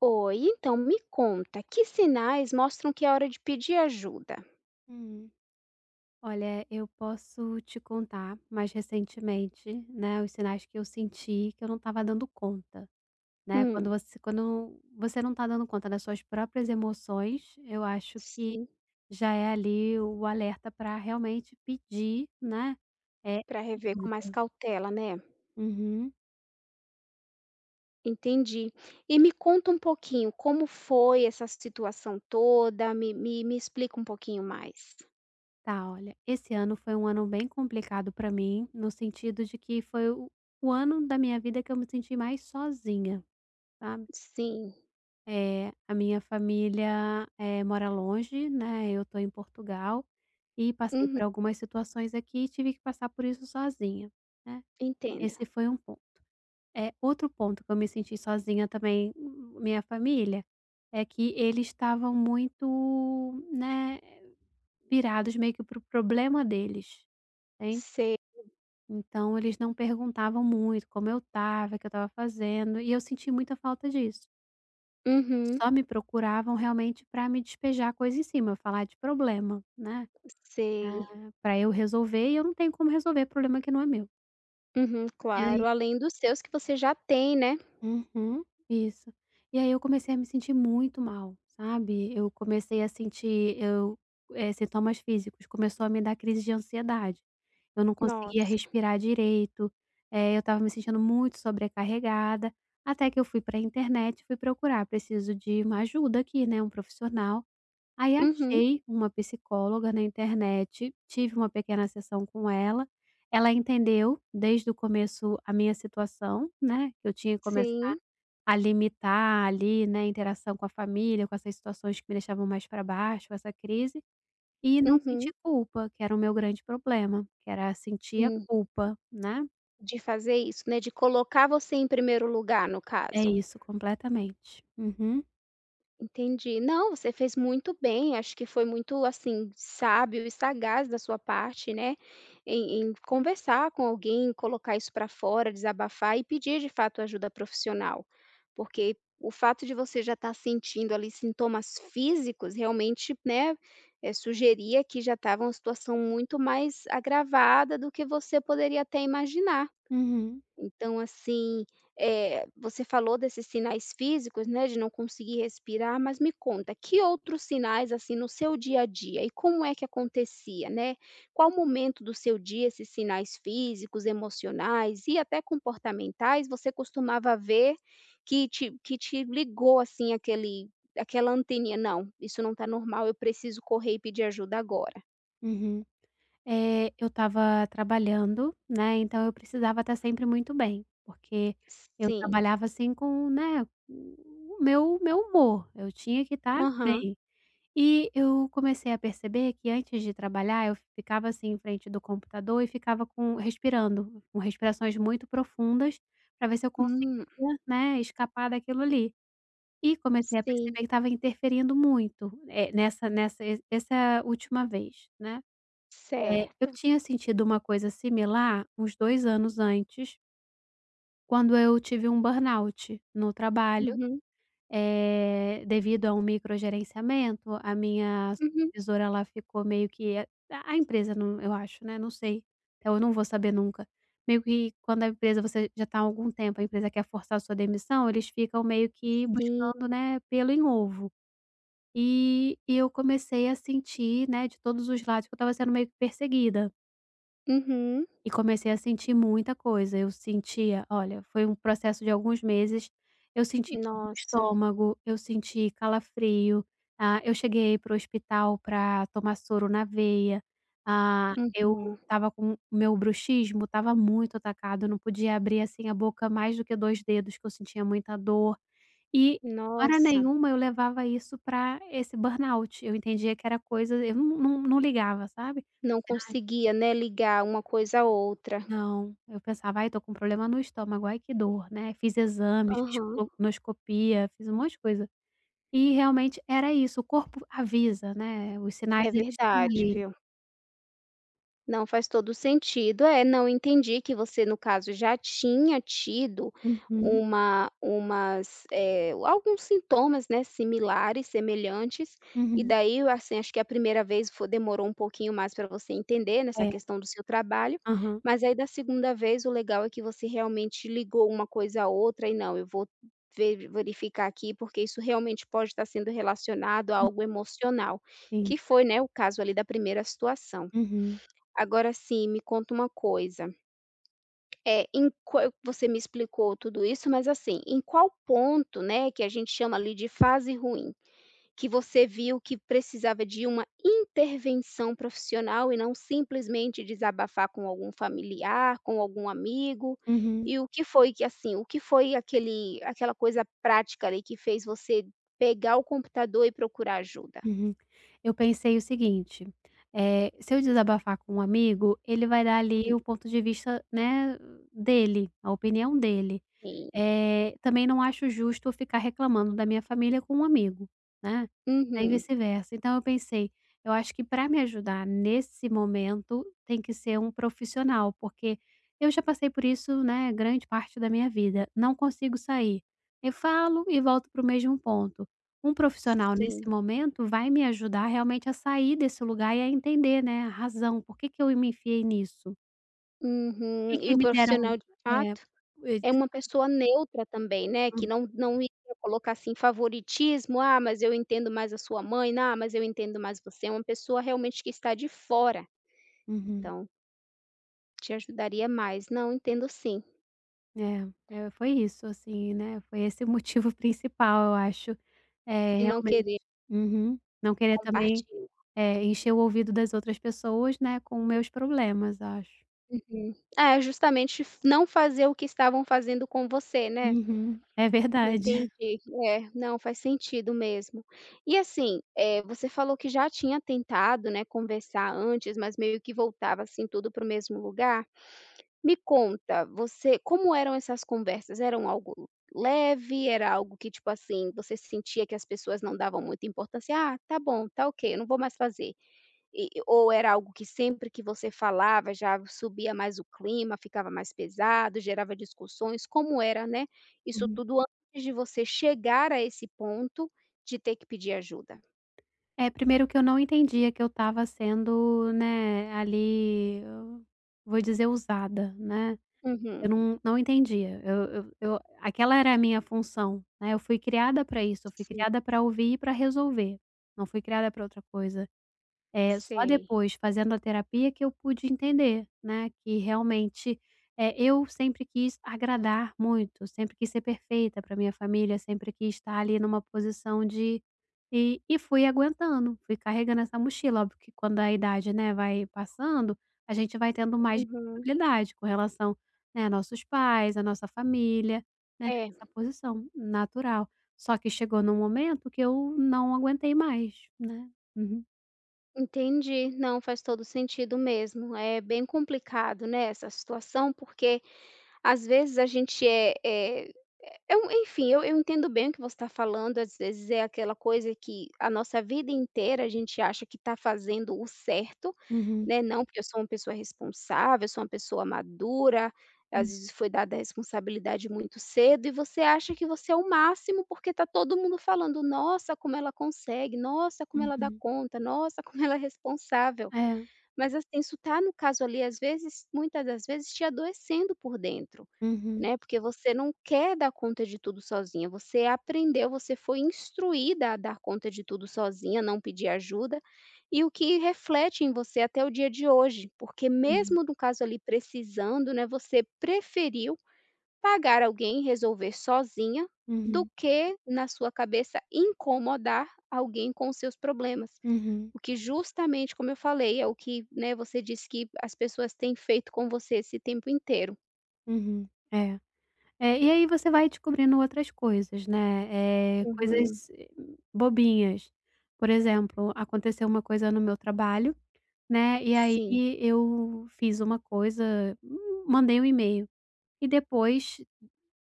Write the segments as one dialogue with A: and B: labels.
A: Oi, então me conta, que sinais mostram que é hora de pedir ajuda?
B: Hum. Olha, eu posso te contar mais recentemente, né, os sinais que eu senti que eu não estava dando conta, né.
A: Hum,
B: Quando você não está dando conta das suas próprias emoções, eu acho que
A: sim,
B: já é ali o alerta para realmente pedir, né, É
A: para rever com mais
B: ajuda.
A: cautela, né?
B: Uhum.
A: Entendi. E me conta um pouquinho como foi essa situação toda, me explica um pouquinho mais.
B: Tá, olha, esse ano foi um ano bem complicado para mim, no sentido de que foi o ano da minha vida que eu me senti mais sozinha, sabe.
A: Sim,
B: É, a minha família, mora longe, né, eu tô em Portugal, e passei
A: uhum,
B: por algumas situações aqui e tive que passar por isso sozinha, né.
A: entendo.
B: Esse foi um ponto. É outro ponto que eu me senti sozinha também, minha família, é que eles estavam muito, né, virados meio que para o problema deles, entende.
A: Sei,
B: Então eles não perguntavam muito como eu estava, o que eu estava fazendo, e eu senti muita falta disso.
A: uhum,
B: Só me procuravam realmente para me despejar coisa em cima, falar de problema, né,
A: sei,
B: pra eu resolver e eu não tenho como resolver problema que não é meu.
A: uhum,
B: E aí?
A: claro, além dos seus que você já tem, né?
B: Uhum, isso. E aí eu comecei a me sentir muito mal, sabe. Eu comecei a sentir sintomas físicos, começou a me dar crise de ansiedade. Eu não conseguia
A: Nossa,
B: respirar direito, eu estava me sentindo muito sobrecarregada, até que eu fui para a internet, fui procurar: "Preciso de uma ajuda aqui, né, um profissional". Aí
A: uhum,
B: achei uma psicóloga na internet, tive uma pequena sessão com ela, ela entendeu desde o começo a minha situação, né, que eu tinha que começar
A: sim,
B: a limitar ali, né, a interação com a família, com essas situações que me deixavam mais para baixo, essa crise, e não
A: uhum,
B: sentir culpa, que era o meu grande problema, que era sentir a
A: hum.
B: culpa, né.
A: De fazer isso, né, de colocar você em primeiro lugar, no
B: É
A: caso.
B: isso, completamente. Uhum,
A: Entendi. Não, você fez muito bem, acho que foi muito, assim, sábio e sagaz da sua parte, né, em conversar com alguém, colocar isso para fora, desabafar e pedir, de fato, ajuda profissional. Porque o fato de você já estar sentindo ali sintomas físicos, realmente, né, sugeria que já estava uma situação muito mais agravada do que você poderia até imaginar.
B: uhum,
A: Então, assim, você falou desses sinais físicos, né, de não conseguir respirar, mas me conta, que outros sinais, assim, no seu dia a dia e como é que acontecia, né? Qual momento do seu dia esses sinais físicos, emocionais e até comportamentais você costumava ver que te ligou, assim, aquele aquela anteninha: "Não, isso não está normal, eu preciso correr e pedir ajuda agora"?
B: uhum. Eu estava trabalhando, né, então eu precisava estar sempre muito bem, porque eu
A: Sim.
B: trabalhava, assim, com, né, o meu humor, eu tinha que estar
A: Aham.
B: bem. E eu comecei a perceber que antes de trabalhar eu ficava, assim, em frente do computador e ficava com respirando, com respirações muito profundas, para ver se eu
A: Hum.
B: conseguia, né, escapar daquilo ali. E comecei a perceber
A: Sim,
B: que estava interferindo muito, nessa essa última vez, né. É, eu
A: certo.
B: tinha sentido uma coisa similar uns 2 anos antes, quando eu tive um burnout no trabalho,
A: Uhum.
B: devido a um microgerenciamento, a minha
A: Uhum.
B: supervisora ela ficou meio que a empresa não eu acho, né, não sei, então eu não vou saber nunca. Meio que quando a empresa você já está há algum tempo, a empresa quer forçar a sua demissão, eles ficam meio que
A: Sim.
B: buscando, né, pelo em ovo. E eu comecei a sentir, né, de todos os lados que eu estava sendo meio que perseguida.
A: Uhum.
B: E comecei a sentir muita coisa, eu sentia olha, foi um processo de alguns meses, eu senti dor no
A: Nossa.
B: estômago, eu senti calafrio, ah, eu cheguei para o hospital pra tomar soro na veia, ah, eu
A: Uhum.
B: estava com o meu bruxismo estava muito atacado, eu não podia abrir, assim, a boca mais do que 2 dedos, que eu sentia muita dor. E hora
A: Nossa.
B: nenhuma eu levava isso pra esse burnout, eu entendia que era coisa eu não ligava, sabe?
A: Não conseguia, né, ligar uma coisa à outra.
B: Não, eu pensava: "Ai, tô com um problema no estômago, ai que dor", né, fiz exames, fiz
A: Aham.
B: colonoscopia, fiz um monte de coisa. E realmente era isso, o corpo avisa, né, os sinais
A: É
B: Uhum, eles estão
A: verdade,
B: ali.
A: viu. Não, faz todo o sentido. É, não, entendi que você, no caso, já tinha tido
B: Uhum,
A: alguns sintomas, né, similares, semelhantes, e
B: uhum.
A: daí, assim, acho que a primeira vez foi demorou um pouquinho mais para você entender nessa
B: É,
A: questão do seu trabalho,
B: aham.
A: mas aí da segunda vez o legal é que você realmente ligou uma coisa a outra e: "Não, eu vou verificar aqui, porque isso realmente pode estar sendo relacionado a algo emocional",
B: Sim.
A: que foi, né, o caso ali da primeira situação.
B: Uhum,
A: Agora sim, me conta uma coisa, é em qua você me explicou tudo isso, mas assim, em qual ponto, né, que a gente chama ali de fase ruim, que você viu que precisava de uma intervenção profissional e não simplesmente desabafar com algum familiar, com algum amigo?
B: uhum,
A: E o que foi que assim, o que foi aquele aquela coisa prática ali que fez você pegar o computador e procurar ajuda?
B: uhum. Eu pensei o seguinte, se eu desabafar com um amigo, ele vai dar ali o ponto de vista, né, dele, a opinião dele.
A: Sim.
B: Também não acho justo eu ficar reclamando da minha família com um amigo, né, nem
A: Uhum.
B: vice-versa. Então eu pensei, eu acho que para me ajudar nesse momento tem que ser um profissional, porque eu já passei por isso, né, grande parte da minha vida, não consigo sair. Eu falo e volto para o mesmo ponto. Um profissional nesse
A: Sim.
B: momento vai me ajudar realmente a sair desse lugar e a entender, né, a razão, por que que eu me enfiei nisso? Por
A: Uhum.
B: que que
A: E o
B: me deram
A: profissional de
B: é,
A: fato? É
B: eles
A: uma pessoa neutra também, né, que não iria colocar, assim, favoritismo: "Ah, mas eu entendo mais a sua mãe. Ah, mas eu entendo mais você". É uma pessoa realmente que está de fora,
B: Uhum.
A: então te ajudaria mais. Não, entendo sim,
B: É, foi isso, assim, né, foi esse o motivo principal, eu acho. É,
A: de não
B: realmente.
A: querer
B: Uhum. Não querer também,
A: compartilhar.
B: encher o ouvido das outras pessoas, né, com meus problemas, acho.
A: Uhum. É, justamente f não fazer o que estavam fazendo com você, né.
B: Uhum. É verdade.
A: Entendi. É, não, faz sentido mesmo. E, assim, você falou que já tinha tentado, né, conversar antes, mas meio que voltava, assim, tudo para o mesmo lugar. Me conta, você como eram essas conversas? Eram algo leve? Era algo que, tipo assim, você sentia que as pessoas não davam muita importância? "Ah, tá bom, tá ok, eu não vou mais fazer". E ou era algo que sempre que você falava já subia mais o clima, ficava mais pesado, gerava discussões? Como era, né, isso
B: Uhum.
A: tudo antes de você chegar a esse ponto de ter que pedir ajuda?
B: É, primeiro que eu não entendia que eu estava sendo, né, ali, eu vou dizer usada, né. Eu
A: Uhum.
B: não entendia, eu aquela era a minha função, né, eu fui criada para isso, eu fui
A: Sim,
B: criada para ouvir e para resolver, não fui criada para outra coisa. Só
A: sei.
B: depois, fazendo a terapia, que eu pude entender, né, que realmente, eu sempre quis agradar muito, sempre quis ser perfeita para minha família, sempre quis estar ali numa posição de e fui aguentando, fui carregando essa mochila. Óbvio que quando a idade, né, vai passando, a gente vai tendo mais
A: Uhum.
B: responsabilidade com relação, né, a nossos pais, a nossa família, né,
A: É.
B: essa posição natural. Só que chegou num momento que eu não aguentei mais, né. Uhum.
A: Entendi. Não, faz todo sentido mesmo. É bem complicado, né, essa situação, porque às vezes a gente enfim, eu entendo bem o que você está falando. Às vezes é aquela coisa que a nossa vida inteira a gente acha que está fazendo o certo,
B: Uhum.
A: né, não, porque eu sou uma pessoa responsável, eu sou uma pessoa madura, às
B: Hum,
A: vezes foi dada a responsabilidade muito cedo e você acha que você é o máximo, porque tá todo mundo falando: "Nossa, como ela consegue, nossa, como ela dá
B: uhum.
A: conta, nossa, como ela é responsável".
B: É.
A: Mas, assim, isso tá no caso ali, às vezes muitas das vezes te adoecendo por dentro.
B: Uhum.
A: Né, porque você não quer dar conta de tudo sozinha, você aprendeu, você foi instruída a dar conta de tudo sozinha, não pedir ajuda, e o que reflete em você até o dia de hoje, porque
B: Uhum.
A: mesmo no caso ali precisando, né, você preferiu pagar alguém resolver sozinha, do
B: Uhum.
A: que na sua cabeça incomodar alguém com os seus problemas.
B: Uhum.
A: O que justamente, como eu falei, é o que, né, você disse que as pessoas têm feito com você esse tempo inteiro.
B: Uhum. É. É, e aí você vai descobrindo outras coisas, né,
A: Uhum.
B: coisas bobinhas. Por exemplo, aconteceu uma coisa no meu trabalho, né, e aí
A: Sim.
B: eu fiz uma coisa, mandei um e-mail e depois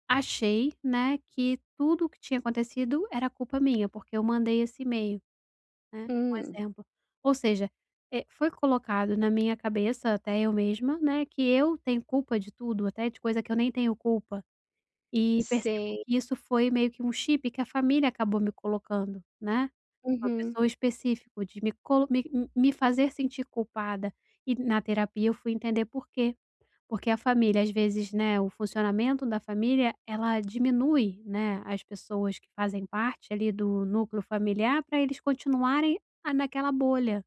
B: achei, né, que tudo o que tinha acontecido era culpa minha, porque eu mandei esse e-mail. Né, um
A: Hum,
B: exemplo. Ou seja, foi colocado na minha cabeça, até eu mesma, né, que eu tenho culpa de tudo, até de coisa que eu nem tenho culpa. E percebo
A: sei.
B: que isso foi meio que um chip que a família acabou me colocando, né, uma
A: Uhum.
B: pessoa específico de me colo me me fazer sentir culpada. E na terapia eu fui entender porquê. Porque a família, às vezes, né, o funcionamento da família, ela diminui, né, as pessoas que fazem parte ali do núcleo familiar para eles continuarem a naquela bolha,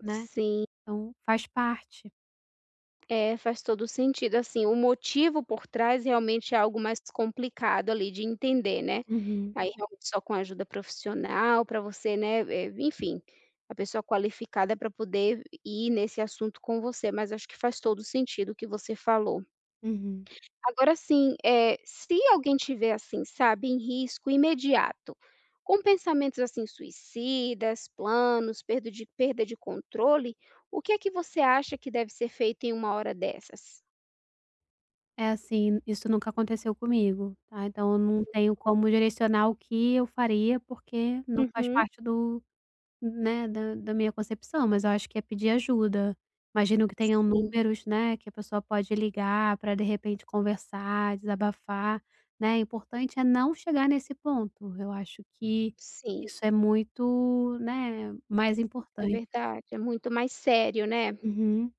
B: né.
A: Sim,
B: Então faz parte.
A: é, faz todo sentido, assim, o motivo por trás realmente é algo mais complicado ali de entender, né.
B: Uhum,
A: Aí realmente só com ajuda profissional para você, né, enfim, a pessoa qualificada para poder ir nesse assunto com você, mas acho que faz todo sentido o que você falou.
B: uhum.
A: Agora sim, se alguém tiver assim, sabe, em risco imediato, com pensamentos assim suicidas, planos, perda de controle, o que é que você acha que deve ser feito em uma hora dessas?
B: É assim, isso nunca aconteceu comigo, tá. Então eu não tenho como direcionar o que eu faria, porque não faz
A: Uhum.
B: parte do Né, da minha concepção, mas eu acho que é pedir ajuda. Imagino que tenham
A: Sim,
B: números, né, que a pessoa pode ligar para de repente conversar, desabafar, né. O importante é não chegar nesse ponto. Eu acho que
A: sim,
B: isso é muito, né, mais
A: é
B: importante.
A: verdade, é muito mais sério, né?
B: Uhum,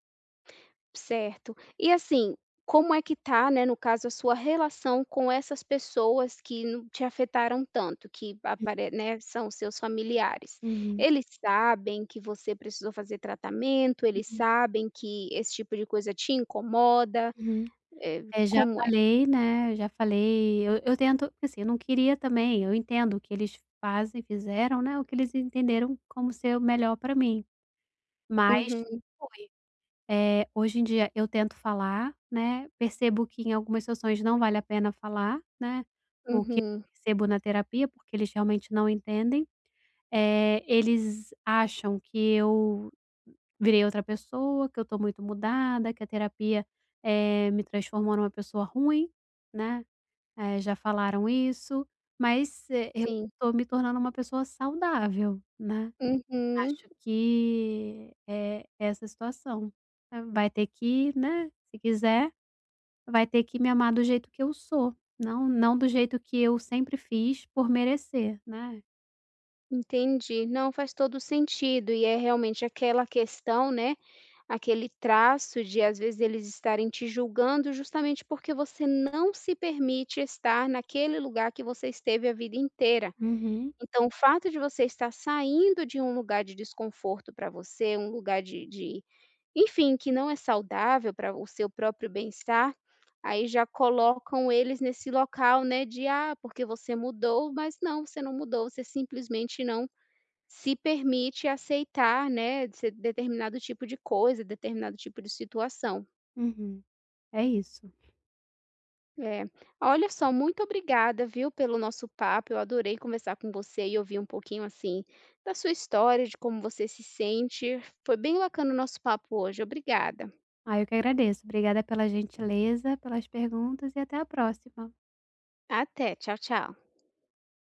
A: Certo. E assim, como é que tá, né, no caso, a sua relação com essas pessoas que não te afetaram tanto, que apare né, são seus familiares?
B: uhum,
A: Eles sabem que você precisou fazer tratamento? Eles sabem que esse tipo de coisa te incomoda?
B: uhum.
A: Eh,
B: É, já
A: como é?
B: falei, né, já falei. Eu tento assim, eu não queria também eu entendo o que eles fazem fizeram, né, o que eles entenderam como ser o melhor para mim, mas
A: Uhum,
B: foi. Hoje em dia eu tento falar, né, percebo que em algumas sessões não vale a pena falar, né, o que eu
A: uhum,
B: percebo na terapia, porque eles realmente não entendem. Eles acham que eu virei outra pessoa, que eu tô muito mudada, que a terapia, me transformou numa pessoa ruim, né, já falaram isso, mas, eu
A: sim.
B: tô me tornando uma pessoa saudável, né.
A: Uhum,
B: Acho que é essa situação. Vai ter que, né, se quiser, vai ter que me amar do jeito que eu sou, não do jeito que eu sempre fiz por merecer, né.
A: entendi. Não, faz todo sentido e é realmente aquela questão, né. Aquele traço de, às vezes, eles estarem te julgando justamente porque você não se permite estar naquele lugar que você esteve a vida inteira.
B: Uhum,
A: Então, o fato de você estar saindo de um lugar de desconforto para você, um lugar de enfim, que não é saudável para o seu próprio bem-estar, aí já colocam eles nesse local, né, de: "Ah, porque você mudou", mas não, você não mudou, você simplesmente não se permite aceitar, né, se determinado tipo de coisa, determinado tipo de situação.
B: uhum. É isso.
A: É. Olha só, muito obrigada, viu, pelo nosso papo. Eu adorei conversar com você e ouvir um pouquinho, assim, da sua história, de como você se sente. Foi bem bacana o nosso papo hoje. Obrigada.
B: Ah, eu que agradeço. Obrigada pela gentileza, pelas perguntas e até a próxima.
A: Até. Tchau, tchau.